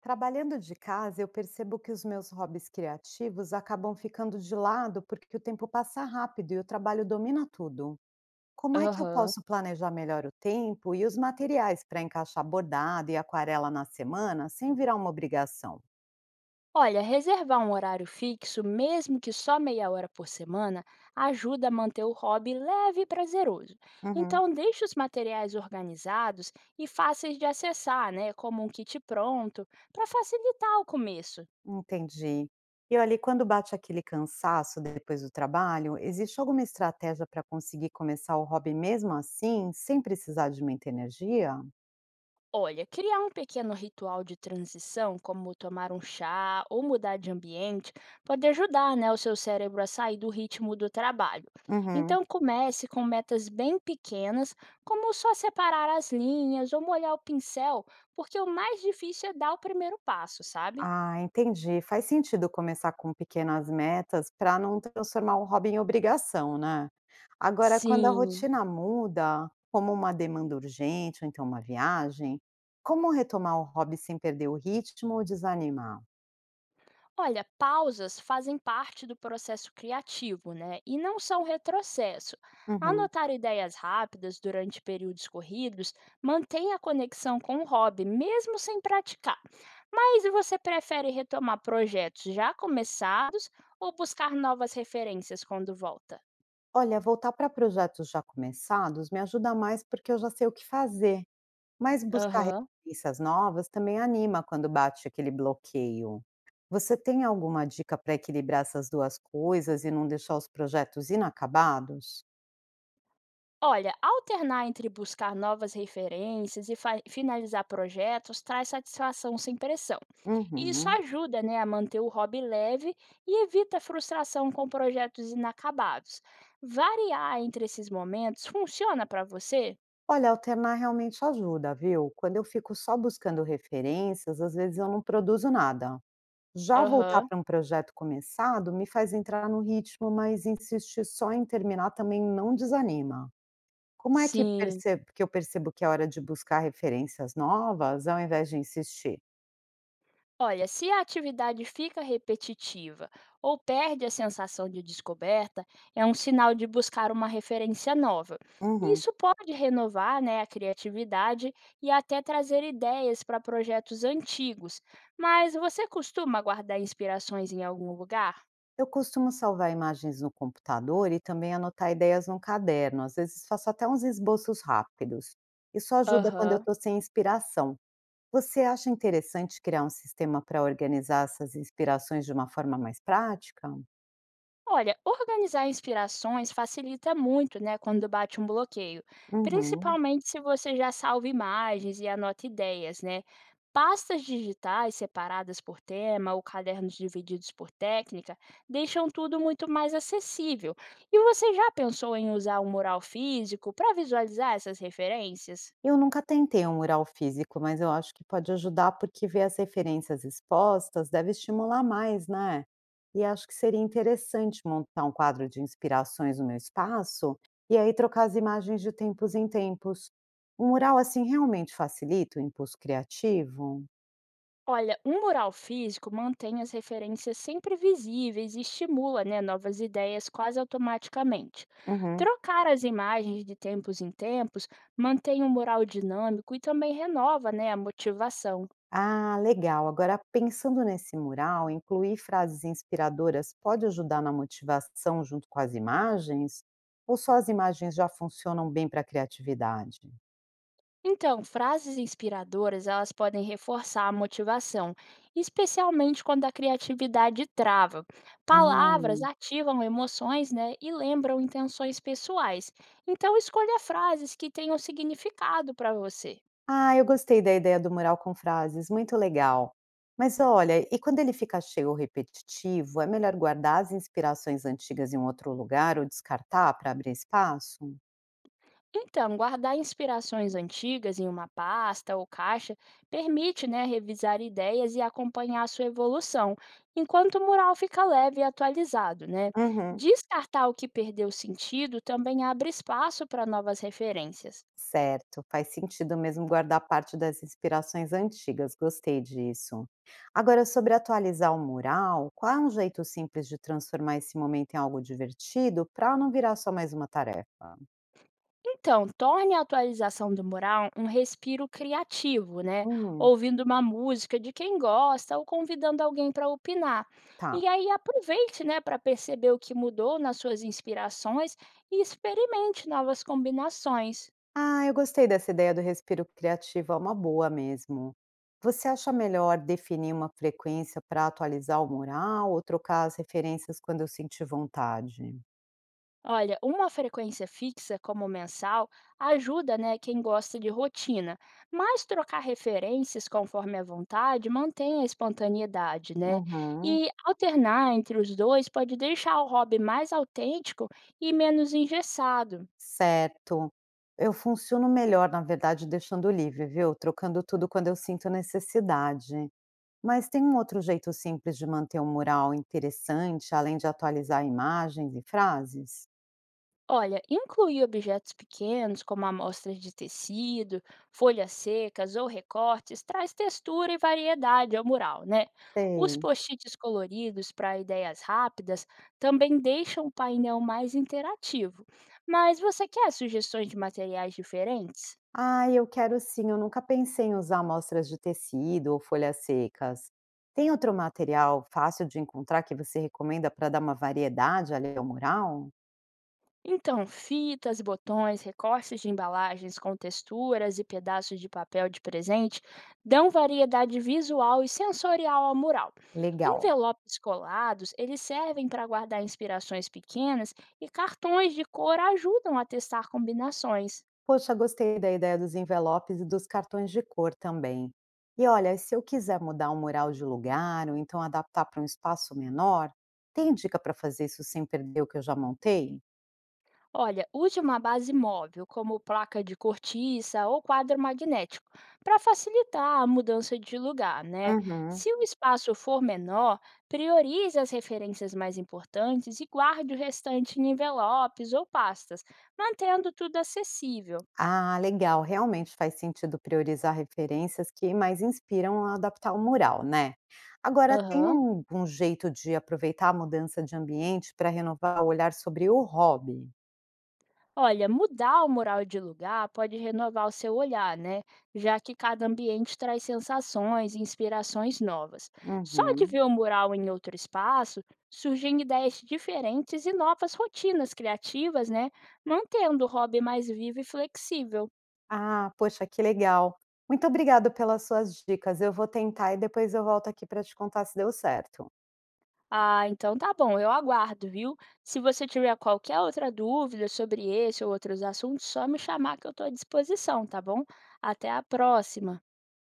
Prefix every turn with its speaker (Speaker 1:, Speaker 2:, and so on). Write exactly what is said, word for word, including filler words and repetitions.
Speaker 1: Trabalhando de casa, eu percebo que os meus hobbies criativos acabam ficando de lado porque o tempo passa rápido e o trabalho domina tudo. Como é que eu
Speaker 2: Aham.
Speaker 1: posso planejar melhor o tempo e os materiais para encaixar bordado e aquarela na semana sem virar uma obrigação?
Speaker 2: Olha, reservar um horário fixo, mesmo que só meia hora por semana, ajuda a manter o hobby leve e prazeroso.
Speaker 1: Uhum.
Speaker 2: Então, deixe os materiais organizados e fáceis de acessar, né, como um kit pronto, para facilitar o começo.
Speaker 1: Entendi. E olha, e quando bate aquele cansaço depois do trabalho, existe alguma estratégia para conseguir começar o hobby mesmo assim, sem precisar de muita energia?
Speaker 2: Olha, criar um pequeno ritual de transição, como tomar um chá ou mudar de ambiente, pode ajudar, né, o seu cérebro a sair do ritmo do trabalho.
Speaker 1: Uhum.
Speaker 2: Então comece com metas bem pequenas, como só separar as linhas ou molhar o pincel, porque o mais difícil é dar o primeiro passo, sabe?
Speaker 1: Ah, entendi. Faz sentido começar com pequenas metas para não transformar o hobby em obrigação, né? Agora, quando a
Speaker 2: Sim.
Speaker 1: rotina muda, como uma demanda urgente ou então uma viagem, como retomar o hobby sem perder o ritmo ou desanimar?
Speaker 2: Olha, pausas fazem parte do processo criativo, né? E não são retrocesso.
Speaker 1: Uhum.
Speaker 2: Anotar ideias rápidas durante períodos corridos mantém a conexão com o hobby, mesmo sem praticar. Mas você prefere retomar projetos já começados ou buscar novas referências quando volta?
Speaker 1: Olha, voltar para projetos já começados me ajuda mais porque eu já sei o que fazer. Mas buscar
Speaker 2: Aham.
Speaker 1: referências novas também anima quando bate aquele bloqueio. Você tem alguma dica para equilibrar essas duas coisas e não deixar os projetos inacabados?
Speaker 2: Olha, alternar entre buscar novas referências e fa- finalizar projetos traz satisfação sem pressão. E isso
Speaker 1: Uhum.
Speaker 2: ajuda, né, a manter o hobby leve e evita frustração com projetos inacabados. Variar entre esses momentos funciona para você?
Speaker 1: Olha, alternar realmente ajuda, viu? Quando eu fico só buscando referências, às vezes eu não produzo nada. Já voltar
Speaker 2: Aham,
Speaker 1: para um projeto começado me faz entrar no ritmo, mas insistir só em terminar também não desanima. Como é que
Speaker 2: sim.
Speaker 1: percebo que eu percebo que é hora de buscar referências novas ao invés de insistir?
Speaker 2: Olha, se a atividade fica repetitiva ou perde a sensação de descoberta, é um sinal de buscar uma referência nova.
Speaker 1: Uhum.
Speaker 2: Isso pode renovar, né, a criatividade e até trazer ideias para projetos antigos. Mas você costuma guardar inspirações em algum lugar?
Speaker 1: Eu costumo salvar imagens no computador e também anotar ideias num caderno, às vezes faço até uns esboços rápidos. Isso ajuda quando eu
Speaker 2: Aham.
Speaker 1: estou sem inspiração. Você acha interessante criar um sistema para organizar essas inspirações de uma forma mais prática?
Speaker 2: Olha, organizar inspirações facilita muito, né, quando bate um bloqueio,
Speaker 1: Uhum.
Speaker 2: principalmente se você já salva imagens e anota ideias, né? Pastas digitais separadas por tema ou cadernos divididos por técnica deixam tudo muito mais acessível. E você já pensou em usar um mural físico para visualizar essas referências?
Speaker 1: Eu nunca tentei um mural físico, mas eu acho que pode ajudar, porque ver as referências expostas deve estimular mais, né? E acho que seria interessante montar um quadro de inspirações no meu espaço e aí trocar as imagens de tempos em tempos. Um mural assim realmente facilita o impulso criativo?
Speaker 2: Olha, um mural físico mantém as referências sempre visíveis e estimula, né, novas ideias quase automaticamente.
Speaker 1: Uhum.
Speaker 2: Trocar as imagens de tempos em tempos mantém o mural dinâmico e também renova, né, a motivação.
Speaker 1: Ah, legal. Agora, pensando nesse mural, incluir frases inspiradoras pode ajudar na motivação junto com as imagens? Ou só as imagens já funcionam bem para a criatividade?
Speaker 2: Então, frases inspiradoras, elas podem reforçar a motivação, especialmente quando a criatividade trava. Palavras
Speaker 1: Hum.
Speaker 2: ativam emoções, né, e lembram intenções pessoais. Então, escolha frases que tenham significado para você.
Speaker 1: Ah, eu gostei da ideia do mural com frases, muito legal. Mas olha, e quando ele fica cheio ou repetitivo, é melhor guardar as inspirações antigas em um outro lugar ou descartar para abrir espaço?
Speaker 2: Então, guardar inspirações antigas em uma pasta ou caixa permite, né, revisar ideias e acompanhar sua evolução, enquanto o mural fica leve e atualizado, né?
Speaker 1: Uhum.
Speaker 2: Descartar o que perdeu sentido também abre espaço para novas referências.
Speaker 1: Certo, faz sentido mesmo guardar parte das inspirações antigas, gostei disso. Agora, sobre atualizar o mural, qual é um jeito simples de transformar esse momento em algo divertido para não virar só mais uma tarefa?
Speaker 2: Então, torne a atualização do mural um respiro criativo, né?
Speaker 1: Hum,
Speaker 2: Ouvindo uma música de quem gosta ou convidando alguém para opinar.
Speaker 1: tá.
Speaker 2: E aí aproveite, né, para perceber o que mudou nas suas inspirações e experimente novas combinações.
Speaker 1: Ah, eu gostei dessa ideia do respiro criativo, é uma boa mesmo. Você acha melhor definir uma frequência para atualizar o mural ou trocar as referências quando eu sentir vontade?
Speaker 2: Olha, uma frequência fixa, como o mensal, ajuda, né, quem gosta de rotina, mas trocar referências conforme a vontade mantém a espontaneidade, né?
Speaker 1: Uhum.
Speaker 2: E alternar entre os dois pode deixar o hobby mais autêntico e menos engessado.
Speaker 1: Certo. Eu funciono melhor, na verdade, deixando livre, viu? Trocando tudo quando eu sinto necessidade. Mas tem um outro jeito simples de manter um mural interessante, além de atualizar imagens e frases?
Speaker 2: Olha, incluir objetos pequenos, como amostras de tecido, folhas secas ou recortes, traz textura e variedade ao mural, né? Os
Speaker 1: Sei.
Speaker 2: post-its coloridos para ideias rápidas também deixam o painel mais interativo. Mas você quer sugestões de materiais diferentes?
Speaker 1: Ah, eu quero sim, eu nunca pensei em usar amostras de tecido ou folhas secas. Tem outro material fácil de encontrar que você recomenda para dar uma variedade ali ao mural?
Speaker 2: Então, fitas, botões, recortes de embalagens com texturas e pedaços de papel de presente dão variedade visual e sensorial ao mural.
Speaker 1: Legal.
Speaker 2: Envelopes colados, eles servem para guardar inspirações pequenas, e cartões de cor ajudam a testar combinações.
Speaker 1: Poxa, gostei da ideia dos envelopes e dos cartões de cor também. E olha, se eu quiser mudar um mural de lugar ou então adaptar para um espaço menor, tem dica para fazer isso sem perder o que eu já montei?
Speaker 2: Olha, use uma base móvel, como placa de cortiça ou quadro magnético, para facilitar a mudança de lugar, né?
Speaker 1: Uhum.
Speaker 2: Se o espaço for menor, priorize as referências mais importantes e guarde o restante em envelopes ou pastas, mantendo tudo acessível.
Speaker 1: Ah, legal, realmente faz sentido priorizar referências que mais inspiram a adaptar o mural, né? Agora, tem
Speaker 2: Aham.
Speaker 1: um, um jeito de aproveitar a mudança de ambiente para renovar o olhar sobre o hobby?
Speaker 2: Olha, mudar o mural de lugar pode renovar o seu olhar, né? Já que cada ambiente traz sensações e inspirações novas. Só de
Speaker 1: Uhum.
Speaker 2: ver o mural em outro espaço, surgem ideias diferentes e novas rotinas criativas, né? Mantendo o hobby mais vivo e flexível.
Speaker 1: Ah, poxa, que legal. Muito obrigado pelas suas dicas. Eu vou tentar e depois eu volto aqui para te contar se deu certo.
Speaker 2: Ah, então tá bom, eu aguardo, viu? Se você tiver qualquer outra dúvida sobre esse ou outros assuntos, só me chamar que eu estou à disposição, tá bom? Até a próxima!